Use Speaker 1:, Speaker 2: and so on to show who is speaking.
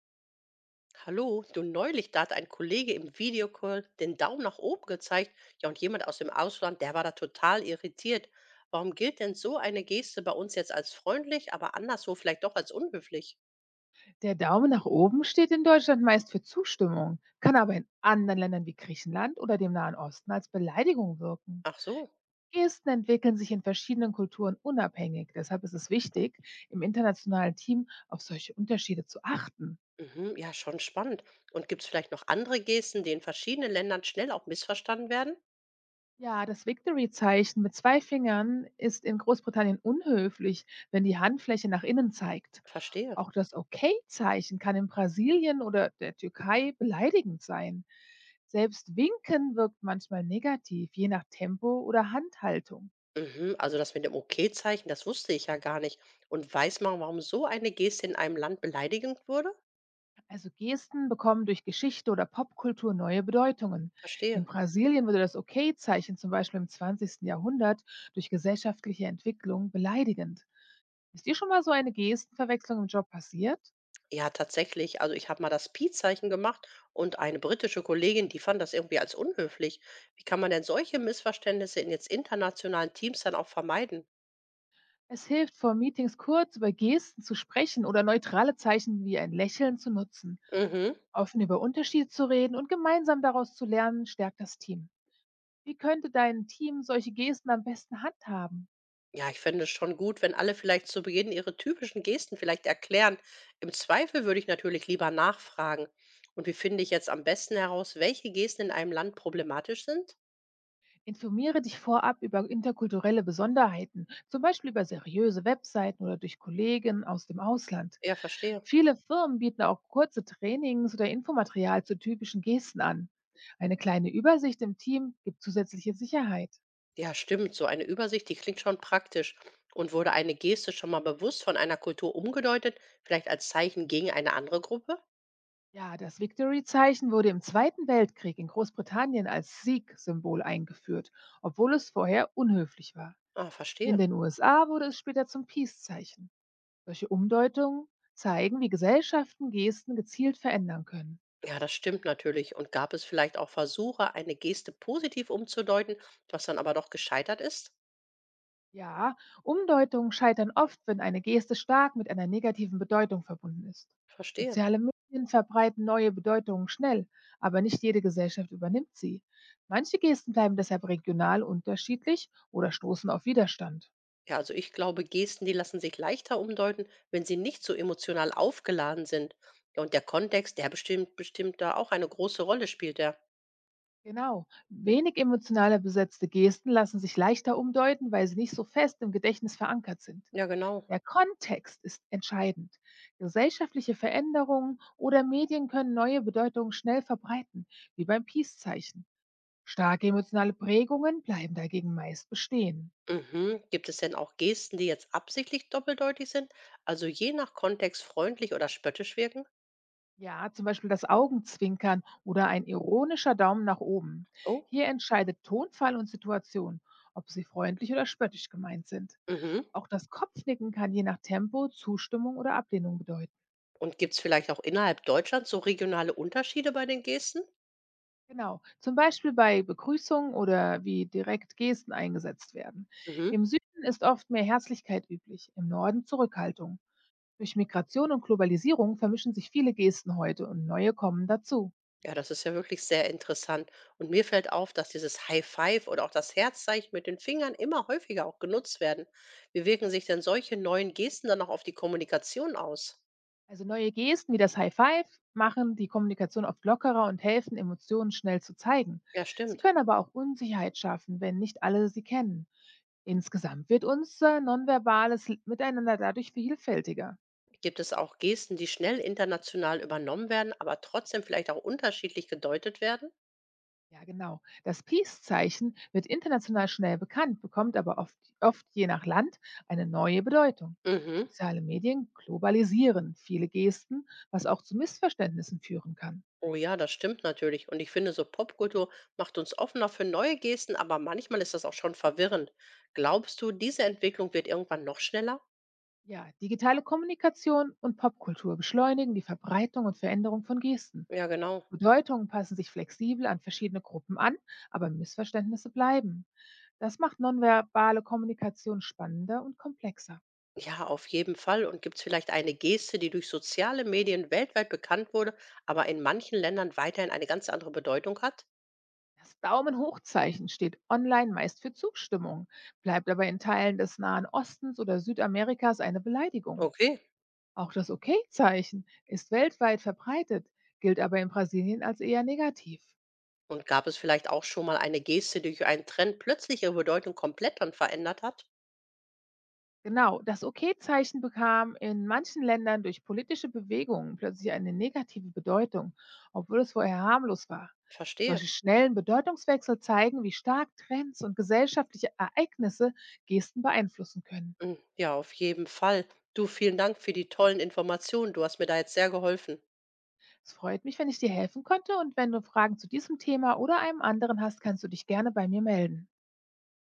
Speaker 1: Hallo, du neulich, da hat ein Kollege im Videocall den Daumen nach oben gezeigt. Ja, und jemand aus dem Ausland, der war da total irritiert. Warum gilt denn so eine Geste bei uns jetzt als freundlich, aber anderswo vielleicht doch als unhöflich?
Speaker 2: Der Daumen nach oben steht in Deutschland meist für Zustimmung, kann aber in anderen Ländern wie Griechenland oder dem Nahen Osten als Beleidigung wirken.
Speaker 1: Ach so.
Speaker 2: Gesten entwickeln sich in verschiedenen Kulturen unabhängig. Deshalb ist es wichtig, im internationalen Team auf solche Unterschiede zu achten.
Speaker 1: Mhm, ja, schon spannend. Und gibt es vielleicht noch andere Gesten, die in verschiedenen Ländern schnell auch missverstanden werden?
Speaker 2: Ja, das Victory-Zeichen mit zwei Fingern ist in Großbritannien unhöflich, wenn die Handfläche nach innen zeigt.
Speaker 1: Verstehe.
Speaker 2: Auch das Okay-Zeichen kann in Brasilien oder der Türkei beleidigend sein. Selbst Winken wirkt manchmal negativ, je nach Tempo oder Handhaltung.
Speaker 1: Mhm, also das mit dem Okay-Zeichen, das wusste ich ja gar nicht. Und weiß man, warum so eine Geste in einem Land beleidigend wurde?
Speaker 2: Also Gesten bekommen durch Geschichte oder Popkultur neue Bedeutungen.
Speaker 1: Verstehe.
Speaker 2: In Brasilien wurde das Okay-Zeichen zum Beispiel im 20. Jahrhundert durch gesellschaftliche Entwicklung beleidigend. Ist dir schon mal so eine Gestenverwechslung im Job passiert?
Speaker 1: Ja, tatsächlich. Also ich habe mal das Pi-Zeichen gemacht und eine britische Kollegin, die fand das irgendwie als unhöflich. Wie kann man denn solche Missverständnisse in jetzt internationalen Teams dann auch vermeiden?
Speaker 2: Es hilft, vor Meetings kurz über Gesten zu sprechen oder neutrale Zeichen wie ein Lächeln zu nutzen.
Speaker 1: Mhm.
Speaker 2: Offen über Unterschiede zu reden und gemeinsam daraus zu lernen, stärkt das Team. Wie könnte dein Team solche Gesten am besten handhaben?
Speaker 1: Ja, ich fände es schon gut, wenn alle vielleicht zu Beginn ihre typischen Gesten vielleicht erklären. Im Zweifel würde ich natürlich lieber nachfragen. Und wie finde ich jetzt am besten heraus, welche Gesten in einem Land problematisch sind?
Speaker 2: Informiere dich vorab über interkulturelle Besonderheiten, zum Beispiel über seriöse Webseiten oder durch Kollegen aus dem Ausland.
Speaker 1: Ja, verstehe.
Speaker 2: Viele Firmen bieten auch kurze Trainings oder Infomaterial zu typischen Gesten an. Eine kleine Übersicht im Team gibt zusätzliche Sicherheit.
Speaker 1: Ja, stimmt. So eine Übersicht, die klingt schon praktisch. Und wurde eine Geste schon mal bewusst von einer Kultur umgedeutet, vielleicht als Zeichen gegen eine andere Gruppe?
Speaker 2: Ja, das Victory-Zeichen wurde im Zweiten Weltkrieg in Großbritannien als Sieg-Symbol eingeführt, obwohl es vorher unhöflich war.
Speaker 1: Ah,
Speaker 2: In
Speaker 1: verstehe.
Speaker 2: den USA wurde es später zum Peace-Zeichen. Solche Umdeutungen zeigen, wie Gesellschaften Gesten gezielt verändern können.
Speaker 1: Ja, das stimmt natürlich. Und gab es vielleicht auch Versuche, eine Geste positiv umzudeuten, was dann aber doch gescheitert ist?
Speaker 2: Ja, Umdeutungen scheitern oft, wenn eine Geste stark mit einer negativen Bedeutung verbunden ist.
Speaker 1: Verstehe.
Speaker 2: Soziale Medien verbreiten neue Bedeutungen schnell, aber nicht jede Gesellschaft übernimmt sie. Manche Gesten bleiben deshalb regional unterschiedlich oder stoßen auf Widerstand.
Speaker 1: Ja, also ich glaube, Gesten, die lassen sich leichter umdeuten, wenn sie nicht so emotional aufgeladen sind. Ja, und der Kontext, der bestimmt da auch eine große Rolle spielt, der.
Speaker 2: Genau, wenig emotional besetzte Gesten lassen sich leichter umdeuten, weil sie nicht so fest im Gedächtnis verankert sind.
Speaker 1: Ja, genau.
Speaker 2: Der Kontext ist entscheidend. Gesellschaftliche Veränderungen oder Medien können neue Bedeutungen schnell verbreiten, wie beim Peace-Zeichen. Starke emotionale Prägungen bleiben dagegen meist bestehen.
Speaker 1: Mhm. Gibt es denn auch Gesten, die jetzt absichtlich doppeldeutig sind, also je nach Kontext freundlich oder spöttisch wirken?
Speaker 2: Ja, zum Beispiel das Augenzwinkern oder ein ironischer Daumen nach oben.
Speaker 1: Oh,
Speaker 2: Hier entscheidet Tonfall und Situation, ob sie freundlich oder spöttisch gemeint sind.
Speaker 1: mhm.
Speaker 2: Auch das Kopfnicken kann je nach Tempo Zustimmung oder Ablehnung bedeuten.
Speaker 1: Und gibt es vielleicht auch innerhalb Deutschlands so regionale Unterschiede bei den Gesten?
Speaker 2: Genau, zum Beispiel bei Begrüßungen oder wie direkt Gesten eingesetzt werden.
Speaker 1: Mhm.
Speaker 2: Im Süden ist oft mehr Herzlichkeit üblich, im Norden Zurückhaltung. Durch Migration und Globalisierung vermischen sich viele Gesten heute und neue kommen dazu.
Speaker 1: Ja, das ist ja wirklich sehr interessant. Und mir fällt auf, dass dieses High Five oder auch das Herzzeichen mit den Fingern immer häufiger auch genutzt werden. Wie wirken sich denn solche neuen Gesten dann auch auf die Kommunikation aus?
Speaker 2: Also neue Gesten wie das High Five machen die Kommunikation oft lockerer und helfen, Emotionen schnell zu zeigen.
Speaker 1: Ja,
Speaker 2: Sie
Speaker 1: stimmt.
Speaker 2: können aber auch Unsicherheit schaffen, wenn nicht alle sie kennen. Insgesamt wird unser nonverbales Miteinander dadurch vielfältiger.
Speaker 1: Gibt es auch Gesten, die schnell international übernommen werden, aber trotzdem vielleicht auch unterschiedlich gedeutet werden?
Speaker 2: Ja, genau. Das Peace-Zeichen wird international schnell bekannt, bekommt aber oft je nach Land eine neue Bedeutung.
Speaker 1: Mhm.
Speaker 2: Soziale Medien globalisieren viele Gesten, was auch zu Missverständnissen führen kann.
Speaker 1: Oh ja, das stimmt natürlich. Und ich finde, so Popkultur macht uns offener für neue Gesten, aber manchmal ist das auch schon verwirrend. Glaubst du, diese Entwicklung wird irgendwann noch schneller?
Speaker 2: Ja, digitale Kommunikation und Popkultur beschleunigen die Verbreitung und Veränderung von Gesten.
Speaker 1: Ja, genau.
Speaker 2: Bedeutungen passen sich flexibel an verschiedene Gruppen an, aber Missverständnisse bleiben. Das macht nonverbale Kommunikation spannender und komplexer.
Speaker 1: Ja, auf jeden Fall. Und gibt es vielleicht eine Geste, die durch soziale Medien weltweit bekannt wurde, aber in manchen Ländern weiterhin eine ganz andere Bedeutung hat?
Speaker 2: Das Daumen-hoch-Zeichen steht online meist für Zustimmung, bleibt aber in Teilen des Nahen Ostens oder Südamerikas eine Beleidigung.
Speaker 1: Okay.
Speaker 2: Auch das Okay-Zeichen ist weltweit verbreitet, gilt aber in Brasilien als eher negativ.
Speaker 1: Und gab es vielleicht auch schon mal eine Geste, die durch einen Trend plötzlich ihre Bedeutung komplett dann verändert hat?
Speaker 2: Genau, das Okay-Zeichen bekam in manchen Ländern durch politische Bewegungen plötzlich eine negative Bedeutung, obwohl es vorher harmlos war.
Speaker 1: Verstehe.
Speaker 2: Solche schnellen Bedeutungswechsel zeigen, wie stark Trends und gesellschaftliche Ereignisse Gesten beeinflussen können.
Speaker 1: Hm, ja, auf jeden Fall. Du, vielen Dank für die tollen Informationen. Du hast mir da jetzt sehr geholfen.
Speaker 2: Es freut mich, wenn ich dir helfen konnte, und wenn du Fragen zu diesem Thema oder einem anderen hast, kannst du dich gerne bei mir melden.